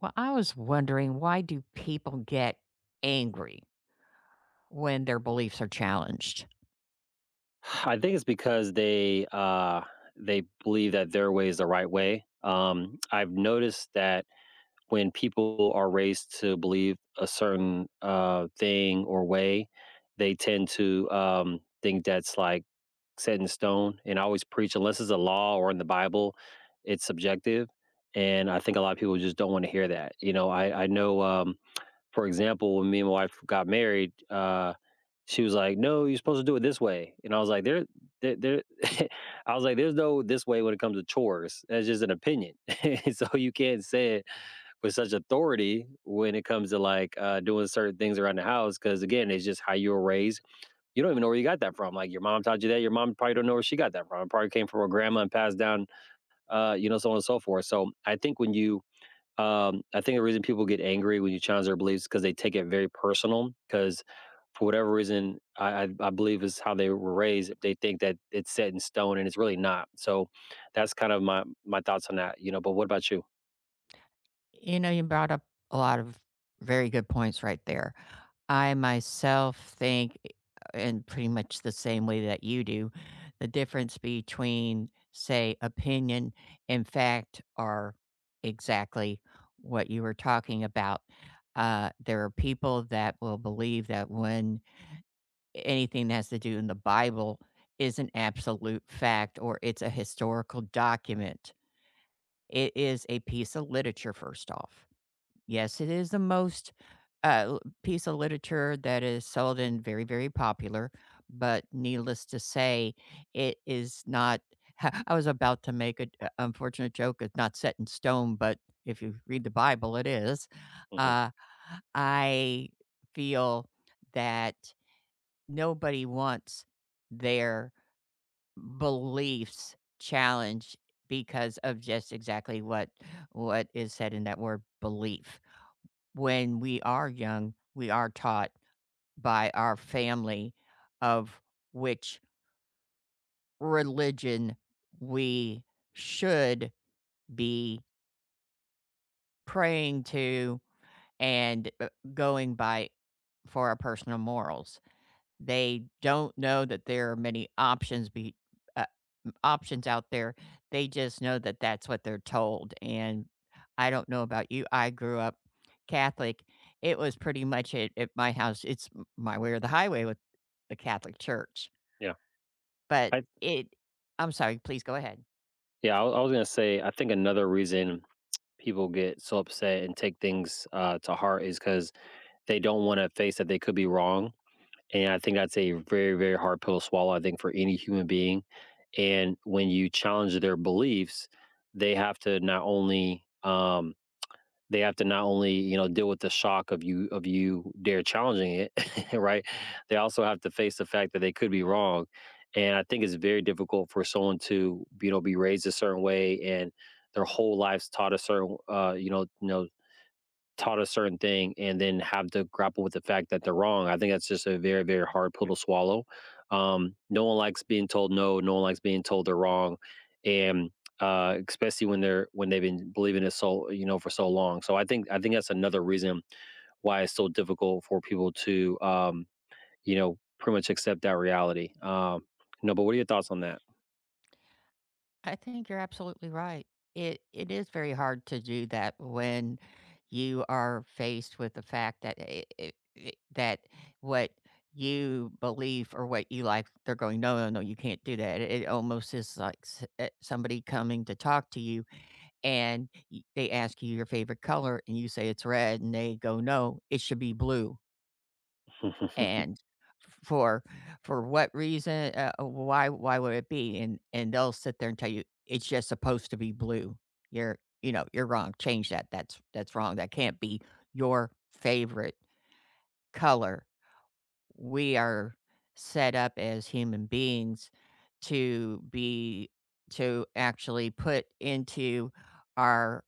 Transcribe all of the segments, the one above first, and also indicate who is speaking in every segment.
Speaker 1: Well, I was wondering, why do people get angry when their beliefs are challenged?
Speaker 2: I think it's because they believe that their way is the right way. I've noticed that when people are raised to believe a certain thing or way, they tend to think that's like set in stone. And I always preach, unless it's a law or in the Bible, it's subjective. And I think a lot of people just don't want to hear that. You know, I know, for example, when me and my wife got married. She was like, "No, you're supposed to do it this way," and I was like, "There, there, there." I was like, "There's no this way when it comes to chores. That's just an opinion." And so you can't say it with such authority when it comes to like doing certain things around the house. Because again, it's just how you were raised. You don't even know where you got that from. Like your mom taught you that. Your mom probably don't know where she got that from. It probably came from her grandma and passed down, you know, so on and so forth. So I think the reason people get angry when you challenge their beliefs is because they take it very personal. Because for whatever reason, I believe is how they were raised, they think that it's set in stone and it's really not. So, that's kind of my thoughts on that, you know, but what about you?
Speaker 1: You know, you brought up a lot of very good points right there. I myself think, in pretty much the same way that you do, the difference between, say, opinion and fact are exactly what you were talking about. There are people that will believe that when anything that has to do in the Bible is an absolute fact or it's a historical document, it is a piece of literature. First off, yes, it is the most piece of literature that is seldom very, very popular. But needless to say, it is not. I was about to make an unfortunate joke. It's not set in stone, but if you read the Bible, it is.
Speaker 2: Mhm.
Speaker 1: Uh, I feel that nobody wants their beliefs challenged because of just exactly what is said in that word belief. When we are young, we are taught by our family of which religion we should be praying to and going by for our personal morals. They don't know that there are many options be uh, m options out there. They just know that that's what they're told, and I don't know about you, I grew up Catholic. It was pretty much it at my house. It's m my way or the highway with the Catholic Church,
Speaker 2: Yeah.
Speaker 1: but
Speaker 2: I
Speaker 1: it I'm sorry, please go ahead.
Speaker 2: I was gonna say, I think another reason people get so upset and take things, to heart is because they don't wanna face that they could be wrong. And I think that's a very, very hard pill to swallow, I think, for any human being. And when you challenge their beliefs, they have to not only um they have to not only, you know, deal with the shock of you dare challenging it, right? They also have to face the fact that they could be wrong. And I think it's very difficult for someone to, you know, be raised a certain way and their whole lives taught a certain taught a certain thing and then have to grapple with the fact that they're wrong. I think that's just a very, very hard pill to swallow. No one likes being told no. No one likes being told they're wrong, and especially when they've been believing it so you know for so long. So I think that's another reason why it's so difficult for people to you know pretty much accept that reality. No, but what are your thoughts on that?
Speaker 1: I think you're absolutely right. It is very hard to do that when you are faced with the fact that I that what you believe or what you like, they're going, no, no, no, you can't do that. It almost is like somebody coming to talk to you and they ask you your favorite color and you say it's red and they go, no, it should be blue. And f for what reason? Why would it be? And they'll sit there and tell you, "It's just supposed to be blue. You're you know, you're wrong. Change that. That's wrong. That can't be your favorite color." We are set up as human beings to be to actually put into our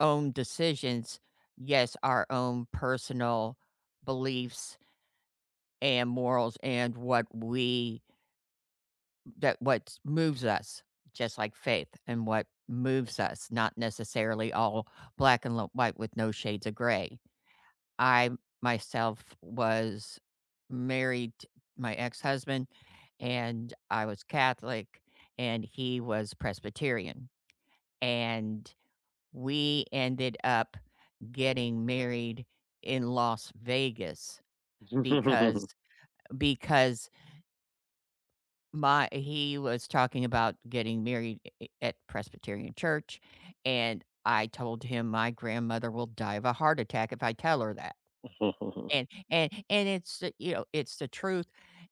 Speaker 1: own decisions, yes, our own personal beliefs and morals and what we that what moves us, just like faith, and what moves us, not necessarily all black and white with no shades of gray. I myself was married t- my ex-husband, and I was Catholic and he was Presbyterian, and we ended up getting married in Las Vegas. Because because My, he was talking about getting married I at Presbyterian church, and I told him, "My grandmother will die of a heart attack if I tell her that." And it's the, you know, it's the truth,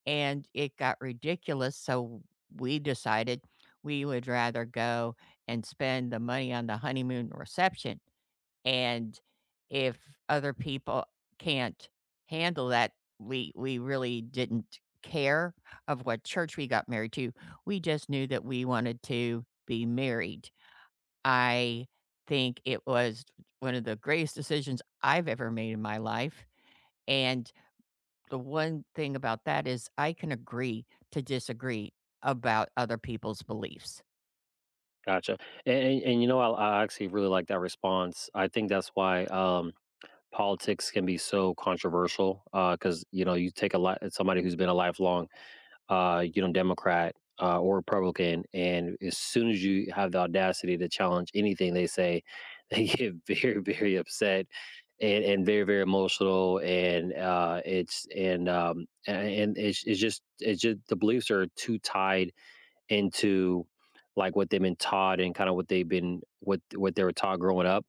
Speaker 1: and it got ridiculous, so we decided we would rather go and spend the money on the honeymoon reception, and if other people can't handle that, we really didn't care of what church we got married to. We just knew that we wanted to be married. I think it was one of the greatest decisions I've ever made in my life. And the one thing about that is I can agree to disagree about other people's beliefs.
Speaker 2: Gotcha. And you know I actually really like that response. I think that's why. Politics can be so controversial because you know you take a lot somebody who's been a lifelong you know Democrat or Republican, and as soon as you have the audacity to challenge anything they say, they get very very upset. And very very emotional and it's, it's just the beliefs are too tied into like what they've been taught and kind of what they've been what they were taught growing up.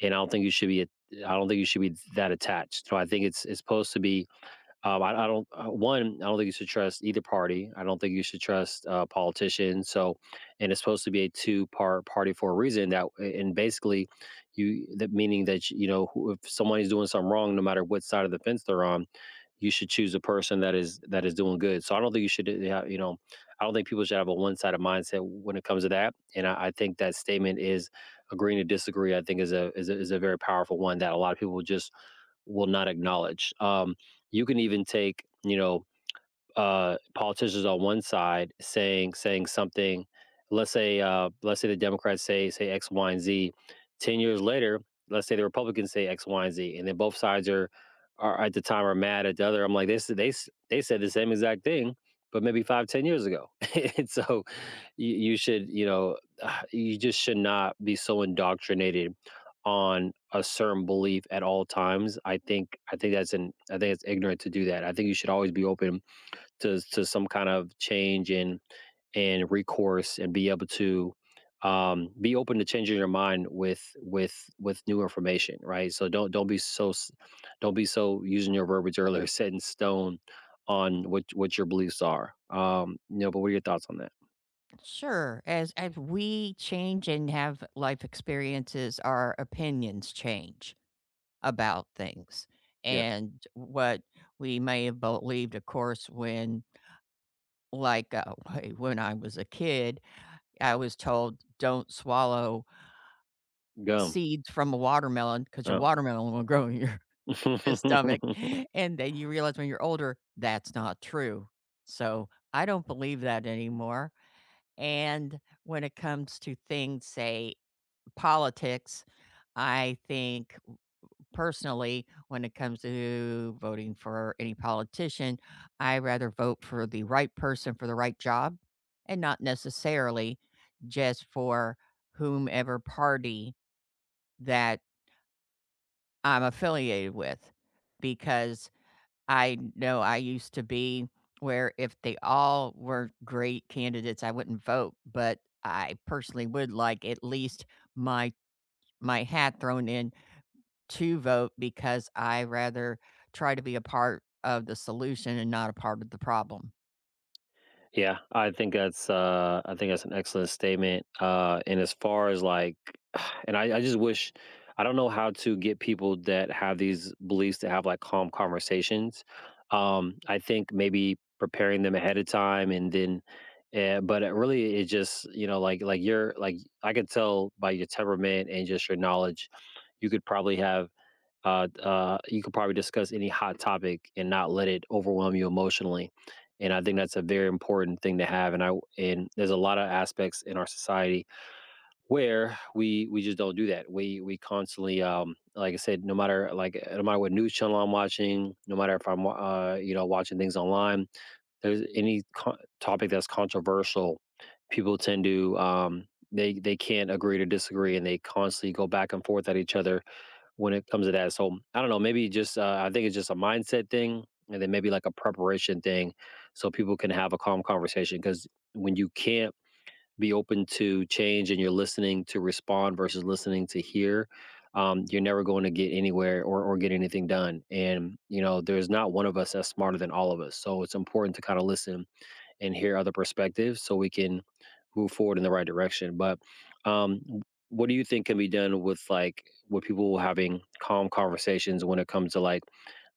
Speaker 2: And I don't think you should I don't think you should be that attached. So I think it's supposed to be. I don't. One, I don't think you should trust either party. I don't think you should trust politicians. So, and it's supposed to be a two-part party for a reason. That and basically, you that meaning that you know if someone is doing something wrong, no matter what side of the fence they're on, you should choose a person that is doing good. So I don't think you should, yeah, you know, I don't think people should have a one sided mindset when it comes to that. And I think that statement is agreeing to disagree. I think is a very powerful one that a lot of people just will not acknowledge. You can even take you know politicians on one side saying something. Let's say the Democrats say X, Y, and Z. 10 years later, let's say the Republicans say X, Y, and Z, and then both sides are at the time are mad at the other. I'm like they said the same exact thing, but maybe 5 10 years ago. And so you should you know you just should not be so indoctrinated on a certain belief at all times. I think that's an I think it's ignorant to do that. I think you should always be open to some kind of change and recourse and be able to be open to changing your mind with new information, right? So don't be so using your verbiage earlier, set in stone on what your beliefs are. You know, but what are your thoughts on that?
Speaker 1: Sure. As we change and have life experiences, our opinions change about things.
Speaker 2: Yeah,
Speaker 1: And what we may have believed, of course, when like uh, when I was a kid, I was told don't swallow
Speaker 2: gum.
Speaker 1: seeds from a watermelon because your
Speaker 2: Oh,
Speaker 1: watermelon will grow in your, your stomach. And then you realize when you're older, that's not true. So I don't believe that anymore. And when it comes to things, say politics. I think personally, when it comes to voting for any politician, I rather vote for the right person for the right job and not necessarily just for whomever party that I'm affiliated with. Because I know I used to be, where if they all were great candidates, I wouldn't vote. But I personally would like at least my my hat thrown in to vote, because I rather try to be a part of the solution and not a part of the problem.
Speaker 2: Yeah, I think that's I think that's an excellent statement. Uh, and as far as like and I just wish I don't know how to get people that have these beliefs to have like calm conversations. Um, I think maybe preparing them ahead of time and then but it really it just you know like you're like I could tell by your temperament and just your knowledge you could probably have you could probably discuss any hot topic and not let it overwhelm you emotionally. And I think that's a very important thing to have. And I and there's a lot of aspects in our society where we just don't do that. We constantly like I said, no matter like no matter what news channel I'm watching, no matter if I'm you know watching things online, there's any topic that's controversial, people tend to they can't agree to disagree and they constantly go back and forth at each other when it comes to that. So I don't know, maybe just I think it's just a mindset thing, and then maybe like a preparation thing, so people can have a calm conversation. Because when you can't be open to change and you're listening to respond versus listening to hear, you're never going to get anywhere or get anything done. And you know, there's not one of us that's smarter than all of us. So it's important to kind of listen and hear other perspectives so we can move forward in the right direction. But um, w- what do you think can be done with like with people having calm conversations when it comes to like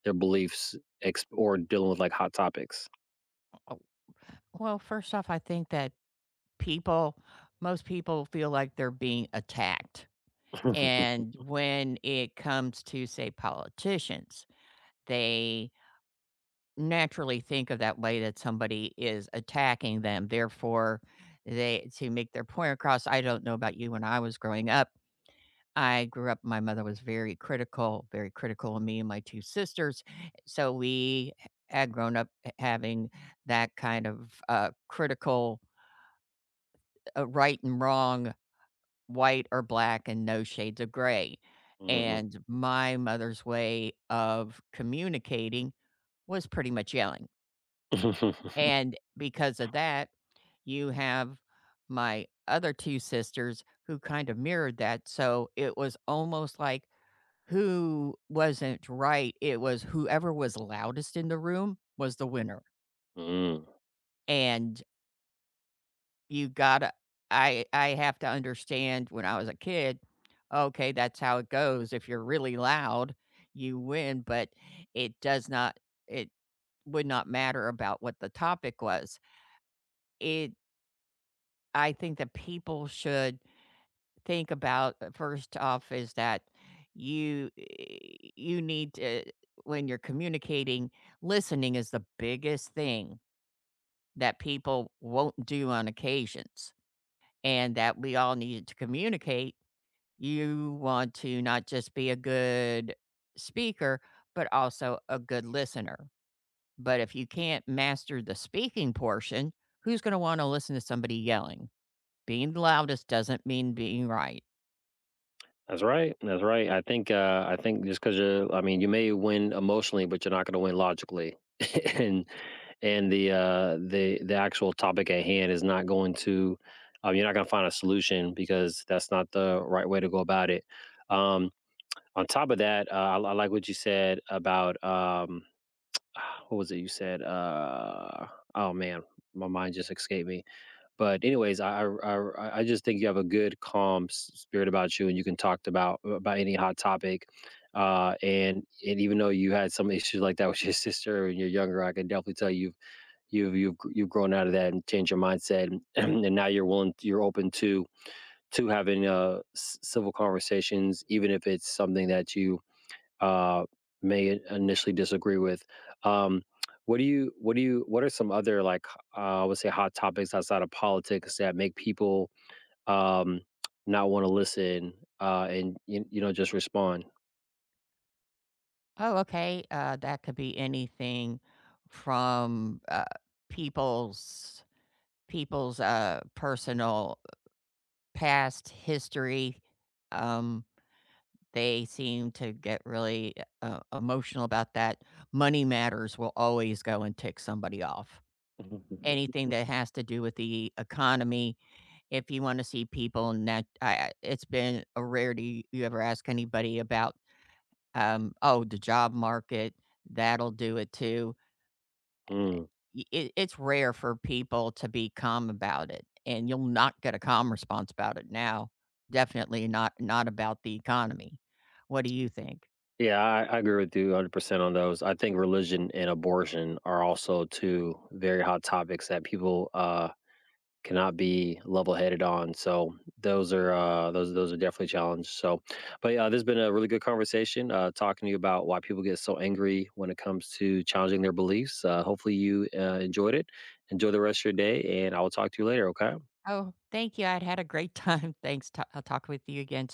Speaker 2: their beliefs or dealing with like hot topics?
Speaker 1: Oh, well, first off, I think that people, most people feel like they're being attacked. And when it comes to, say, politicians, they naturally think of that way, that somebody is attacking them. Therefore, they to make their point across. I don't know about you, when I was growing up, I grew up, my mother was very critical of me and my two sisters, so we h had grown up h having that kind of, critical, right and wrong, white or black, and no shades of gray,
Speaker 2: Mhm.
Speaker 1: and my mother's way of communicating was pretty much yelling, and because of that, you have my other two sisters who kind of mirrored that, so it was almost like, who wasn't right, it was whoever was loudest in the room was the winner,
Speaker 2: Mm.
Speaker 1: and you gotta, I have to understand, when I was a kid, okay, that's how it goes. If you're really loud, you win, but it does not, it would not matter about what the topic was. It I think that people should think about, first off, is that you you need to, when you're communicating, listening is the biggest thing that people won't do on occasions, and that we all need to communicate. You want to not just be a good speaker, but also a good listener. But if you can't master the speaking portion, who's going to want to listen to somebody yelling? Being the loudest doesn't mean being right.
Speaker 2: That's right. That's right. I think I think just cuz you I mean you may win emotionally but you're not going to win logically. and and the actual topic at hand is not going to you're not going to find a solution because that's not the right way to go about it. Um on top of that, I like what you said about what was it you said oh man, my mind just escaped me but anyways, I just think you have a good, calm s spirit about you, and you can talk about any hot topic. And even though you had some issues like that with your sister when you're younger, I can definitely tell you've grown out of that and changed your mindset, and and now you're open to having, c civil conversations, even if it's something that you uh, may initially disagree with. Um, what do you what do you what are some other like I would say hot topics outside of politics that make people um, not want to listen and you know just respond?
Speaker 1: Oh, okay. That could be anything from people's people's personal past history. Um, they seem to get really emotional about that. Money matters will always go and tick somebody off. Anything that has to do with the economy, if you want to see people, and that it's been a rarity you ever ask anybody about. Oh, the job market, that'll do it too.
Speaker 2: Mm.
Speaker 1: It's rare for people to be calm about it, and you'll not get a calm response about it. Now, definitely not about the economy. What do you think?
Speaker 2: Yeah, I agree with you 100% on those. I think religion and abortion are also two very hot topics that people cannot be level-headed on. So those are those are definitely challenges. So, but yeah, this has been a really good conversation talking to you about why people get so angry when it comes to challenging their beliefs. Hopefully, you enjoyed it. Enjoy the rest of your day, and I will talk to you later. Okay.
Speaker 1: Oh, thank you, I'd had a great time. Thanks, I'll talk with you again.